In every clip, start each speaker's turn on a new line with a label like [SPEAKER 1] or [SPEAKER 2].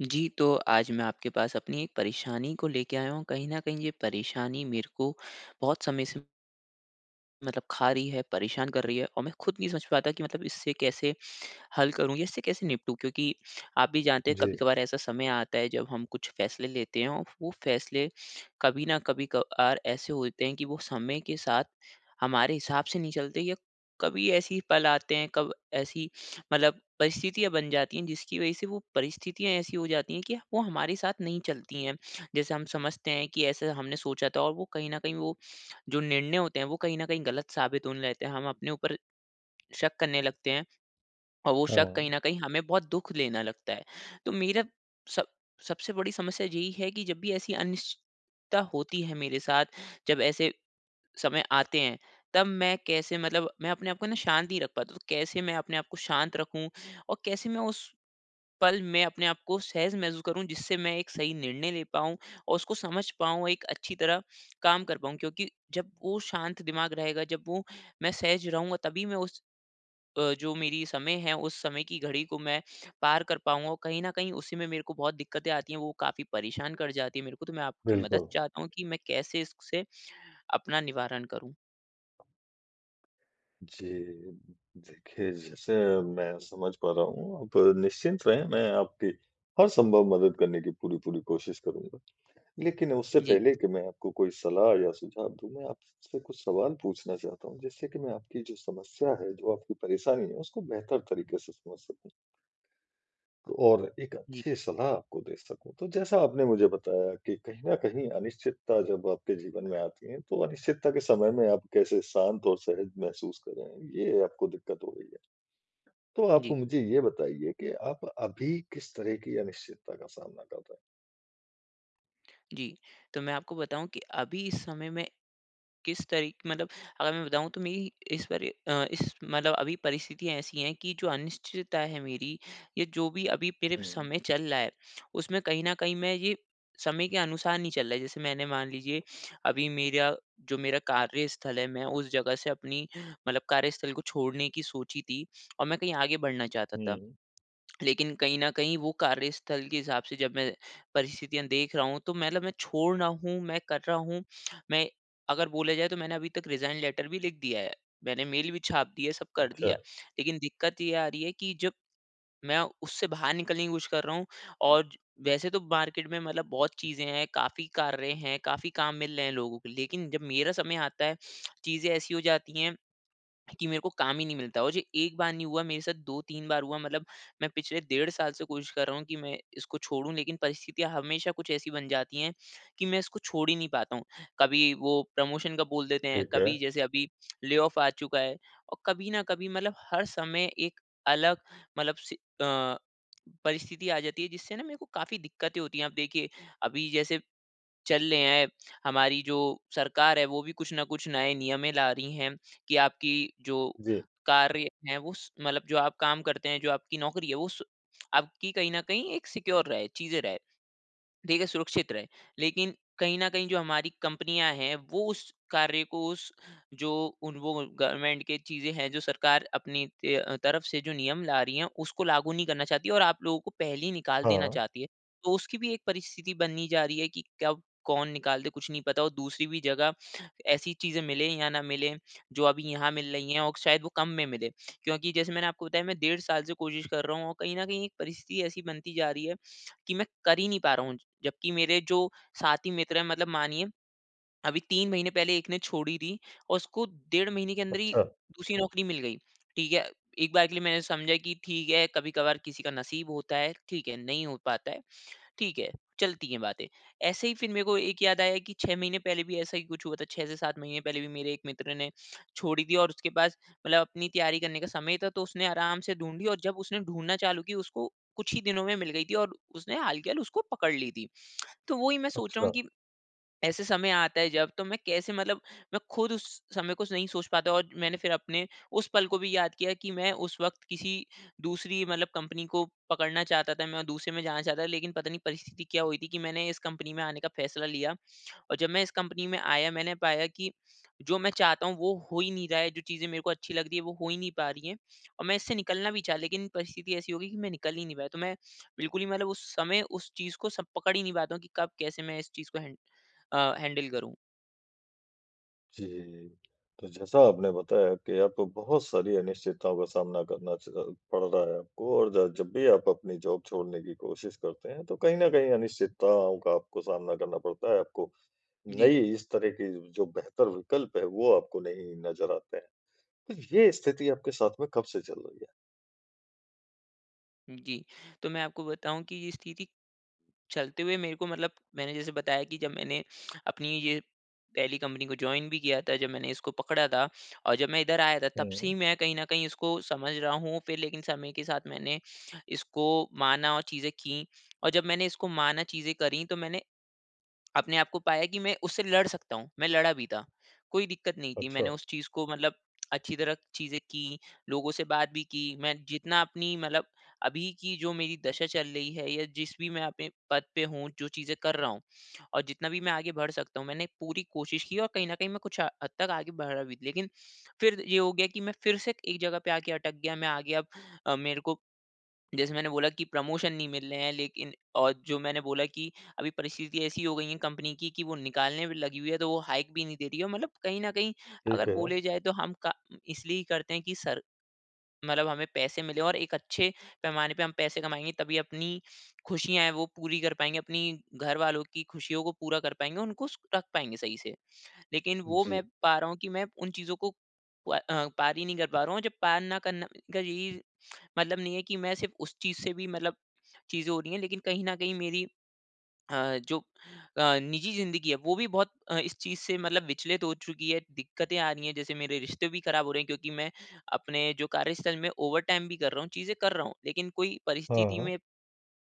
[SPEAKER 1] जी, तो आज मैं आपके पास अपनी एक परेशानी को लेके आया हूँ। कहीं न कहीं ये परेशानी मेरे को बहुत समय से मतलब खा रही है, परेशान कर रही है और मैं खुद नहीं समझ पाता कि मतलब इससे कैसे हल करूँ या इससे कैसे निपटूँ? क्योंकि आप भी जानते हैं
[SPEAKER 2] जी,
[SPEAKER 1] कभी-कभार ऐसा समय आता है जब हम कुछ फैसले लेते हैं, और वो फैसले कभी ना कभी कभार ऐसे होते हैं कि वो समय के साथ हमारे हिसाब से नहीं चलते, या कभी ऐसी पल आते हैं, कब ऐसी मतलब परिस्थितियाँ बन जाती हैं, जिसकी वज़ह से वो परिस्थितियाँ ऐसी हो जाती हैं कि वो हमारे साथ नहीं चलती हैं। जैसे हम समझते हैं कि ऐसा हमने सोचा था, और वो कहीं न कहीं वो जो निर्णय होते हैं वो कहीं न कहीं गलत साबित होने लगते हैं। हम अपने ऊपर शक करने लगते हैं, और वो शक
[SPEAKER 2] हाँ,
[SPEAKER 1] कहीं न कहीं हमें बहुत दुःख लेना लगता है। तो मेरा सब सबसे बड़ी समस्या यही है कि जब भी ऐसी अनिश्चितता होती है मेरे साथ, जब ऐसे समय आते हैं, तब मैं कैसे मतलब मैं अपने आप को ना, शांत नहीं रख पाता। तो कैसे मैं अपने आप को शांत रखूँ, और कैसे मैं उस पल मैं अपने आप को सहज महसूस करूँ, जिससे मैं एक सही निर्णय ले पाऊँ और उसको समझ पाऊँ, एक अच्छी तरह काम कर पाऊँ। क्योंकि जब वो शांत दिमाग रहेगा, जब वो मैं सहज रहूँगा, तभी मैं उस जो मेरी समय है, उस समय की घड़ी को मैं पार कर पाऊँगा। कहीं न कहीं उसी में मेरे को बहुत दिक्कतें आती हैं, वो काफ़ी परेशान कर जाती हैं मेरे को। तो मैं आपकी मदद
[SPEAKER 2] बिल्कुल।
[SPEAKER 1] चाहता हूँ कि मैं कैसे इससे अपना निवारण करूँ?
[SPEAKER 2] जी, देखिए जैसे मैं समझ पा रहा हूँ, आप निश्चिंत रहें, मैं आपकी हर संभव मदद करने की पूरी-पूरी कोशिश करूँगा। लेकिन उससे
[SPEAKER 1] जी,
[SPEAKER 2] पहले कि मैं आपको कोई सलाह या सुझाव दूँ, मैं आपसे कुछ सवाल पूछना चाहता हूँ, जिससे कि मैं आपकी जो समस्या है, जो आपकी परेशानी है, उसको बेहतर तरीके से समझ सकूँ। और एक
[SPEAKER 1] जी,
[SPEAKER 2] अच्छी सलाह आपको दे सकूँ। तो जैसा आपने मुझे बताया कि कहीं न कहीं अनिश्चितता जब आपके जीवन में आती है, तो अनिश्चितता के समय में आप कैसे शांत और सहज महसूस कर रहे हैं, ये आपको दिक्कत हो रही है। तो आप
[SPEAKER 1] जी,
[SPEAKER 2] मुझे ये बताइए कि आप अभी किस तरह की अनिश्चितता का सामना कर रहे
[SPEAKER 1] जी। तो मैं आपको बताऊँ कि अभी इस समय मैं किस तरीके मतलब, अगर मैं बताऊँ, तो मेरी इस पर इस मतलब अभी परिस्थितियाँ ऐसी हैं कि जो अनिश्चितता है मेरी, ये जो भी अभी मेरे
[SPEAKER 2] हैं?
[SPEAKER 1] समय चल रहा है, उसमें कहीं न कहीं मैं ये समय के अनुसार नहीं चल रहा है। जैसे मैंने, मान लीजिए, अभी मेरा जो मेरा कार्यस्थल है, मैं उस जगह से अपनी मतलब कार्यस्थल को छोड़ने की सोची थी, और मैं कहीं आगे बढ़ना चाहता
[SPEAKER 2] हुँ,
[SPEAKER 1] था।
[SPEAKER 2] हुँ।
[SPEAKER 1] लेकिन कहीं न कहीं वो कार्यस्थल के हिसाब से जब मैं परिस्थितियाँ देख रहा हूँ, तो मतलब मैं छोड़ रहा हूँ, मैं कर रहा हूँ। मैं, अगर बोला जाए, तो मैंने अभी तक रिज़ाइन लेटर भी लिख दिया है। मैंने मेल भी छाप दी है, सब कर
[SPEAKER 2] अच्छा,
[SPEAKER 1] दिया है। लेकिन दिक्कत ये आ रही है कि जब मैं उससे बाहर निकलने की कोशिश कर रहा हूँ और वैसे तो मार्केट में मतलब बहुत चीज़ें हैं, काफ़ी कार्य हैं, काफ़ी काम मिल रहे हैं लोगों को। लेकिन जब मेरा समय आता है, चीज़ें ऐसी हो जाती हैं कि मेरे को काम ही नहीं मिलता, और ये एक बार नहीं हुआ मेरे साथ, 2-3 बार हुआ मतलब मैं पिछले डेढ़ साल से कोशिश कर रहा हूँ कि मैं इसको छोड़ूँ, लेकिन परिस्थितियाँ हमेशा कुछ ऐसी बन जाती हैं कि मैं इसको छोड़ ही नहीं पाता हूँ। कभी वो प्रमोशन का बोल देते हैं,
[SPEAKER 2] ठीक है।
[SPEAKER 1] कभी जैसे अभी ले ऑफ आ चुका है, और कभी न कभी मतलब हर समय एक अलग मतलब अ, परिस्थिति आ जाती है, जिससे ना मेरे को काफ़ी दिक्कतें होती हैं। आप देखिए अभी जैसे चल रहे हैं। हमारी जो सरकार है वो भी कुछ न कुछ नए नियमें ला रही हैं कि आपकी जो
[SPEAKER 2] जी।
[SPEAKER 1] कार्य है वो स मतलब जो आप काम करते हैं, जो आपकी नौकरी है वो स आपकी कहीं न कहीं एक सिक्योर रहे, चीज़ें रहे। देखिए, सुरक्षित रहे। लेकिन कहीं न कहीं जो हमारी कंपनियाँ हैं वो उस कार्य को उस जो उन वो गवर्नमेंट के चीज़ें हैं जो सरकार अपनी तरफ से जो नियम ला रही हैं, उसको लागू नहीं करना चाहती है, और आप लोगों को पहले ही निकाल देना
[SPEAKER 2] हाँ,
[SPEAKER 1] चाहती है। तो उसकी भी एक परिस्थिति बननी जा रही है कि कब कौन निकाल दे कुछ नहीं पता, और दूसरी भी जगह ऐसी चीज़ें मिलें या ना मिलें जो अभी यहाँ मिल रही हैं, और शायद वो कम में मिले। क्योंकि जैसे मैंने आपको बताया, मैं डेढ़ साल से कोशिश कर रहा हूँ, और कहीं न कहीं एक परिस्थिति ऐसी बनती जा रही है कि मैं कर ही नहीं पा रहा हूँ। जबकि मेरे जो साथी मित्र हैं, मतलब मानिए अभी 3 महीने पहले एक ने छोड़ी थी, और उसको डेढ़ महीने के अंदर ही
[SPEAKER 2] अच्छा,
[SPEAKER 1] दूसरी नौकरी मिल गई। ठीक है, एक बार के लिए मैंने समझा कि ठीक है, कभी-कभार किसी का नसीब होता है, ठीक है, नहीं हो पाता है। ठीक है, चलती हैं बातें। ऐसे ही फिर मेरे को एक याद आया कि 6 महीने पहले भी ऐसा ही कुछ हुआ था, 6 से 7 महीने पहले भी मेरे एक मित्र ने छोड़ी थी, और उसके पास मतलब अपनी तैयारी करने का समय था, तो उसने आराम से ढूँढी, और जब उसने ढूँढना चालू की, उसको कुछ ही दिनों में मिल गई थी, और उसने हाल-के-हाल उसको पकड़ ली थी। तो वही मैं सोच रहा हूँ
[SPEAKER 2] अच्छा।
[SPEAKER 1] कि ऐसे समय आता है, जब तो मैं कैसे मतलब मैं खुद उस समय को नहीं सोच पाता, और मैंने फिर अपने उस पल को भी याद किया कि मैं उस वक़्त किसी दूसरी मतलब कंपनी को पकड़ना चाहता था, मैं दूसरे में जाना चाहता था, लेकिन पता नहीं परिस्थिति क्या हुई थी कि मैंने इस कंपनी में आने का फैसला लिया। और जब मैं इस कंपनी में आया, मैंने पाया कि जो मैं चाहता हूँ वो हो ही नहीं रहा है, जो चीज़ें मेरे को अच्छी लग रही है वो हो ही नहीं पा रही हैं, और मैं इससे निकलना भी चाहा, लेकिन परिस्थिति ऐसी हो गई कि मैं निकल ही नहीं पाया। तो मैं बिल्कुल ही मतलब उस समय उस चीज़ को सब पकड़ ही नहीं पाता हूँ कि कब कैसे मैं इस चीज़ को हैंडल करूँ।
[SPEAKER 2] जी। तो जैसा आपने बताया कि आपको बहुत सारी अनिश्चितताओं का सामना करना पड़ रहा है आपको और ज जब भी आप अपनी जॉब छोड़ने की कोशिश करते हैं, तो कहीं न कहीं अनिश्चितताओं का आपको सामना करना पड़ता है। आपको
[SPEAKER 1] जी,
[SPEAKER 2] नई इस तरह की जो बेहतर विकल्प है, वो आपको नहीं नज़र आते हैं। तो ये स्थिति आपके साथ में कब से चल रही है?
[SPEAKER 1] जी। तो मैं आपको बताऊँ कि ये स्थिति चलते हुए मेरे को मतलब, मैंने जैसे बताया कि जब मैंने अपनी ये पहली कंपनी को ज्वाइन भी किया था, जब मैंने इसको पकड़ा था और जब मैं इधर आया था, तब से
[SPEAKER 2] हुँ।
[SPEAKER 1] ही मैं कहीं ना कहीं इसको समझ रहा हूँ, फिर लेकिन समय के साथ मैंने इसको माना और चीज़ें की। और जब मैंने इसको माना, चीज़ें करी, तो मैंने अपने आप को पाया कि मैं उससे लड़ सकता हूँ, मैं लड़ा भी था। कोई दिक्कत नहीं थी,
[SPEAKER 2] अच्छा।
[SPEAKER 1] मैंने
[SPEAKER 2] है?
[SPEAKER 1] उस चीज़ को मतलब अच्छी तरह चीज़ें की, लोगों से बात भी की। मैं जितना अपनी मतलब अभी की जो मेरी दशा चल रही है, या जिस भी मैं अपने पद पे हूँ, जो चीज़ें कर रहा हूँ और जितना भी मैं आगे बढ़ सकता हूँ, मैंने पूरी कोशिश की, और कहीं न कहीं मैं कुछ ह हद तक आगे बढ़ा भी। लेकिन फिर ये हो गया कि मैं फिर से एक जगह पे आके अटक गया, मैं आगे अब मेरे को जैसे मैंने बोला कि प्रमोशन नहीं मिल रहे हैं, लेकिन और जो मैंने बोला कि अभी परिस्थिति ऐसी हो गई है कंपनी की कि वो निकालने में लगी हुई है, तो वो हाइक भी नहीं दे रही है, मतलब कहीं ना कहीं, अगर
[SPEAKER 2] ठीक है।
[SPEAKER 1] बोले जाए, तो हम का इसलिए ही करते हैं कि सर मतलब हमें पैसे मिले, और एक अच्छे पैमाने पे हम पैसे कमाएंगे, तभी अपनी खुशियां हैं वो पूरी कर पाएंगे, अपनी घर वालों की खुशियों को पूरा कर पाएंगे, उनको रख पाएंगे सही से। लेकिन वो
[SPEAKER 2] जी।
[SPEAKER 1] मैं पा रहा हूँ कि मैं उन चीज़ों को पार ही नहीं कर पा रहा हूँ। जब पार ना करना का यही मतलब नहीं है कि मैं सिर्फ़ उस चीज़ से भी मतलब चीज़ें हो रही हैं, लेकिन कहीं न कहीं मेरी जो निजी ज़िंदगी है, वो भी बहुत इस चीज़ से मतलब विचलित हो चुकी है, दिक्कतें आ रही हैं। जैसे मेरे रिश्ते भी खराब हो रहे हैं क्योंकि मैं अपने जो कार्यस्थल में ओवरटाइम भी कर रहा हूँ, चीज़ें कर रहा हूँ, लेकिन कोई परिस्थिति
[SPEAKER 2] हाँ।
[SPEAKER 1] में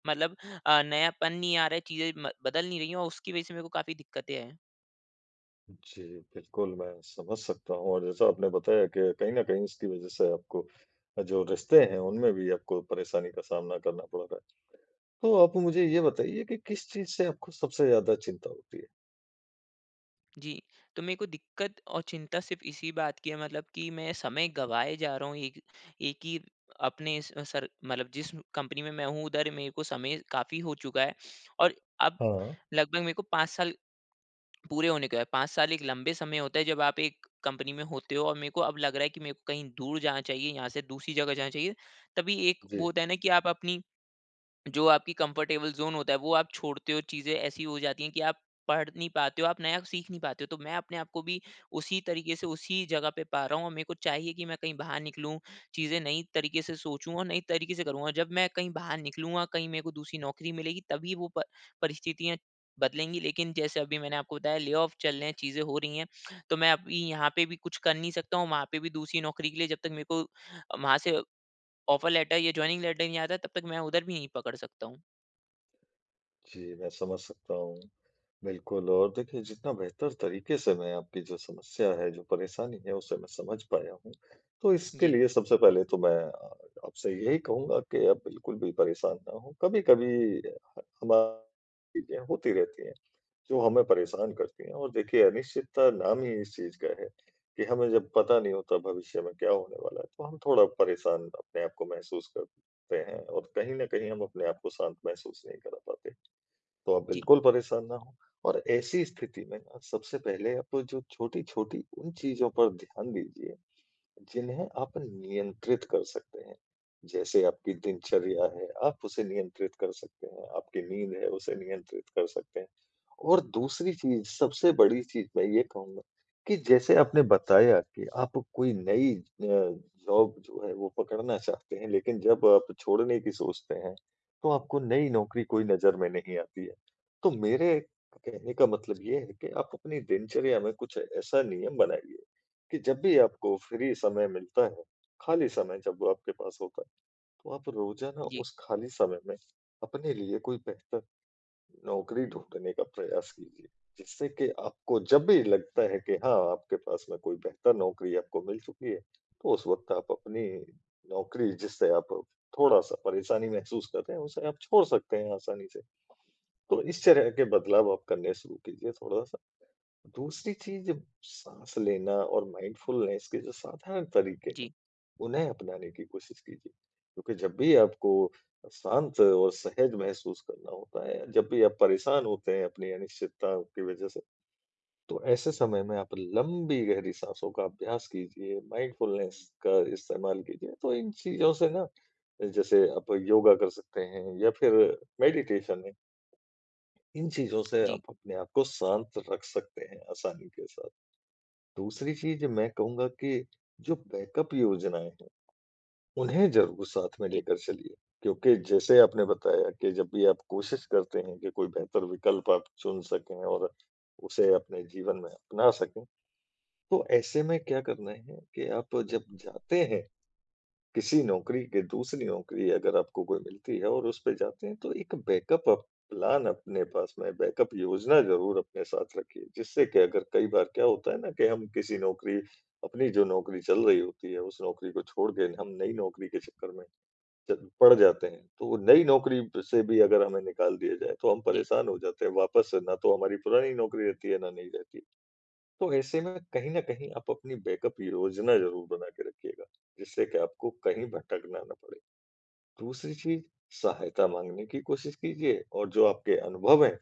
[SPEAKER 1] मतलब नयापन नहीं आ रहा है, चीज़ें म बदल नहीं रही हैं, और उसकी वज़ह से मेरे को काफ़ी दिक्कतें हैं।
[SPEAKER 2] जी, बिल्कुल, मैं समझ सकता हूँ और जैसा आपने बताया कि कहीं न कहीं इसकी वज़ह से आपको जो रिश्ते हैं, उनमें भी आपको परेशानी का सामना करना पड़ रहा है। तो आप मुझे ये बताइए कि किस चीज़ से आपको सबसे ज़्यादा चिंता होती है?
[SPEAKER 1] जी। तो मेरे को दिक्कत और चिंता सिर्फ़ इसी बात की है, मतलब कि मैं समय गँवाए जा रहा हूँ एक एक ही अपने स सर मतलब जिस कंपनी में मैं हूँ उधर मेरे को समय काफ़ी हो चुका है, और अब
[SPEAKER 2] हाँ।
[SPEAKER 1] लगभग मेरे को 5 साल पूरे होने को है। 5 साल एक लंबे समय होता है जब आप एक कंपनी में होते हो, और मेरे को अब लग रहा है कि मेरे को कहीं दूर जाना चाहिए, यहाँ से दूसरी जगह जाना चाहिए। तभी एक वो
[SPEAKER 2] जी,
[SPEAKER 1] होता है ना कि आप अपनी जो आपकी कंफर्टेबल ज़ोन होता है वो आप छोड़ते हो, चीज़ें ऐसी हो जाती हैं कि आप पढ़ नहीं पाते हो, आप नया सीख नहीं पाते हो। तो मैं अपने आप को भी उसी तरीके से उसी जगह पे पा रहा हूँ, और मेरे को चाहिए कि मैं कहीं बाहर निकलूँ, चीज़ें नई तरीके से सोचूँ, और नई तरीके से करूँगा। जब मैं कहीं बाहर निकलूँगा, कहीं मेरे को दूसरी नौकरी मिलेगी, तभी वो प परिस्थितियाँ बदलेंगी। लेकिन जैसे अभी मैंने आपको बताया, ले ऑफ चल रहे हैं, चीज़ें हो रही हैं, तो मैं अभी यहाँ पे भी कुछ कर नहीं सकता हूँ, वहाँ पे भी दूसरी नौकरी के लिए जब तक मेरे को वहाँ से ऑफर लेटर या जॉइनिंग लेटर नहीं आता, तब तक मैं उधर भी नहीं पकड़ सकता हूँ।
[SPEAKER 2] जी, मैं समझ सकता हूँ। बिल्कुल और देखिए जितना बेहतर तरीके से मैं आपकी जो समस्या है, जो परेशानी है उसे मैं समझ पाया हूँ। तो इसके
[SPEAKER 1] जी,
[SPEAKER 2] लिए सबसे पहले तो मैं आपसे यही कहूँगा कि आप बिल्कुल भी परेशान ना हों। कभी-कभी ह हमारी चीज़ें होती रहती हैं, जो हमें परेशान करती हैं और देखिए अनिश्चितता नाम ही इस चीज़ का है कि हमें जब पता नहीं होता भविष्य में क्या होने वाला है, तो हम थोड़ा परेशान अपने आप को महसूस करते हैं और कहीं न कहीं हम अपने आप को शांत महसूस नहीं करा पाते। तो आप
[SPEAKER 1] जी,
[SPEAKER 2] बिल्कुल परेशान ना हों और ऐसी स्थिति में ना सबसे पहले आप जो छोटी-छोटी उन चीज़ों पर ध्यान दीजिए, जिन्हें आप नियंत्रित कर सकते हैं। जैसे आपकी दिनचर्या है, आप उसे नियंत्रित कर सकते हैं, आपकी नींद है, उसे नियंत्रित कर सकते हैं। और दूसरी चीज़, सबसे बड़ी चीज़ मैं ये कहूँगा कि जैसे आपने बताया कि आप कोई नई जॉब जो है वो पकड़ना चाहते हैं, लेकिन जब आप छोड़ने की सोचते हैं, तो आपको नई नौकरी कोई नज़र में नहीं आती है। तो मेरे कहने का मतलब ये है कि आप अपनी दिनचर्या में कुछ ऐसा नियम बनाइए कि जब भी आपको फ्री समय मिलता है, खाली समय जब वो आपके पास होता है, तो आप रोज़ाना
[SPEAKER 1] जी,
[SPEAKER 2] उस खाली समय में अपने लिए कोई बेहतर नौकरी ढूँढने का प्रयास कीजिए, जिससे कि आपको जब भी लगता है कि हाँ, आपके पास में कोई बेहतर नौकरी आपको मिल चुकी है, तो उस वक़्त आप अपनी नौकरी जिससे आप थोड़ा-सा परेशानी महसूस कर रहे हैं, उसे आप छोड़ सकते हैं आसानी से। तो इस तरह के बदलाव आप करने शुरू कीजिए थोड़ा-सा। दूसरी चीज़, साँस लेना और माइंडफुलनेस के जो साधारण तरीके हैं
[SPEAKER 1] जी,
[SPEAKER 2] उन्हें अपनाने की कोशिश कीजिए। क्योंकि जब भी आपको शांत और सहज महसूस करना होता है, जब भी आप परेशान होते हैं अपनी अनिश्चितताओं की वज़ह से, तो ऐसे समय में आप लंबी गहरी साँसों का अभ्यास कीजिए, माइंडफुलनेस का इस्तेमाल कीजिए। तो इन चीज़ों से ना जैसे आप योगा कर सकते हैं या फिर मेडिटेशन है, इन चीज़ों से
[SPEAKER 1] जी,
[SPEAKER 2] आप अपने आप को शांत रख सकते हैं आसानी के साथ। दूसरी चीज़ मैं कहूँगा कि जो बैकअप योजनाएँ हैं उन्हें ज़रूर साथ में
[SPEAKER 1] जी,
[SPEAKER 2] लेकर चलिए, क्योंकि जैसे आपने बताया कि जब भी आप कोशिश करते हैं कि कोई बेहतर विकल्प आप चुन सकें और उसे अपने जीवन में अपना सकें, तो ऐसे में क्या करना है कि आप जब जाते हैं किसी नौकरी के दूसरी नौकरी अगर आपको कोई मिलती है और उस पे जाते हैं, तो एक बैकअप आप प्लान अपने पास में बैकअप योजना ज़रूर अपने साथ रखिए, जिससे कि अगर कई बार क्या होता है ना कि हम किसी नौकरी अपनी जो नौकरी चल रही होती है, उस नौकरी को छोड़ के हम नई नौकरी के चक्कर में च पड़ जाते हैं, तो वो नई नौकरी प से भी अगर हमें निकाल दिया जाए, तो हम
[SPEAKER 1] जी,
[SPEAKER 2] परेशान हो जाते हैं वापस से, ना तो हमारी पुरानी नौकरी रहती है, ना नहीं रहती है। तो ऐसे में कहीं न कहीं आप अपनी बैकअप योजना ज़रूर बना के रखिएगा, जिससे कि आपको कहीं भटकना ना पड़े। दूसरी चीज़ सहायता माँगने की कोशिश कीजिए और जो आपके अनुभव हैं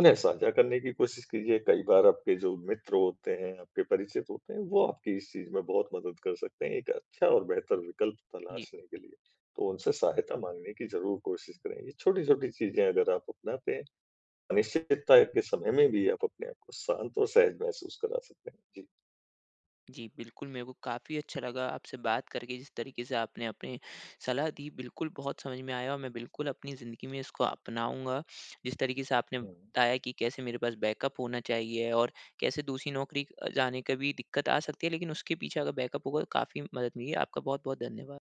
[SPEAKER 2] उन्हें साझा करने की कोशिश कीजिए। कई बार आपके जो मित्र होते हैं, आपके परिचित होते हैं, वो आपकी इस चीज़ में बहुत मदद कर सकते हैं, एक अच्छा और बेहतर विकल्प
[SPEAKER 1] जी,
[SPEAKER 2] तलाशने के लिए। तो उनसे सहायता माँगने की ज़रूर कोशिश करें। ये छोटी-छोटी चीज़ें अगर आप अपनाते हैं, अनिश्चितता के समय में भी आप अपने आप को शांत और सहज महसूस करा सकते हैं। जी।
[SPEAKER 1] जी, बिल्कुल, मेरे को काफ़ी अच्छा लगा आपसे बात करके। जिस तरीके से आपने अपनी सलाह दी, बिल्कुल बहुत समझ में आया, और मैं बिल्कुल अपनी ज़िंदगी में इसको अपनाऊँगा। जिस तरीके से आपने
[SPEAKER 2] हुँ।
[SPEAKER 1] बताया कि कैसे मेरे पास बैकअप होना चाहिए और कैसे दूसरी नौकरी जाने का भी दिक्कत आ सकती है, लेकिन उसके पीछे अगर बैकअप होगा तो काफ़ी मदद मिली। आपका बहुत-बहुत धन्यवाद।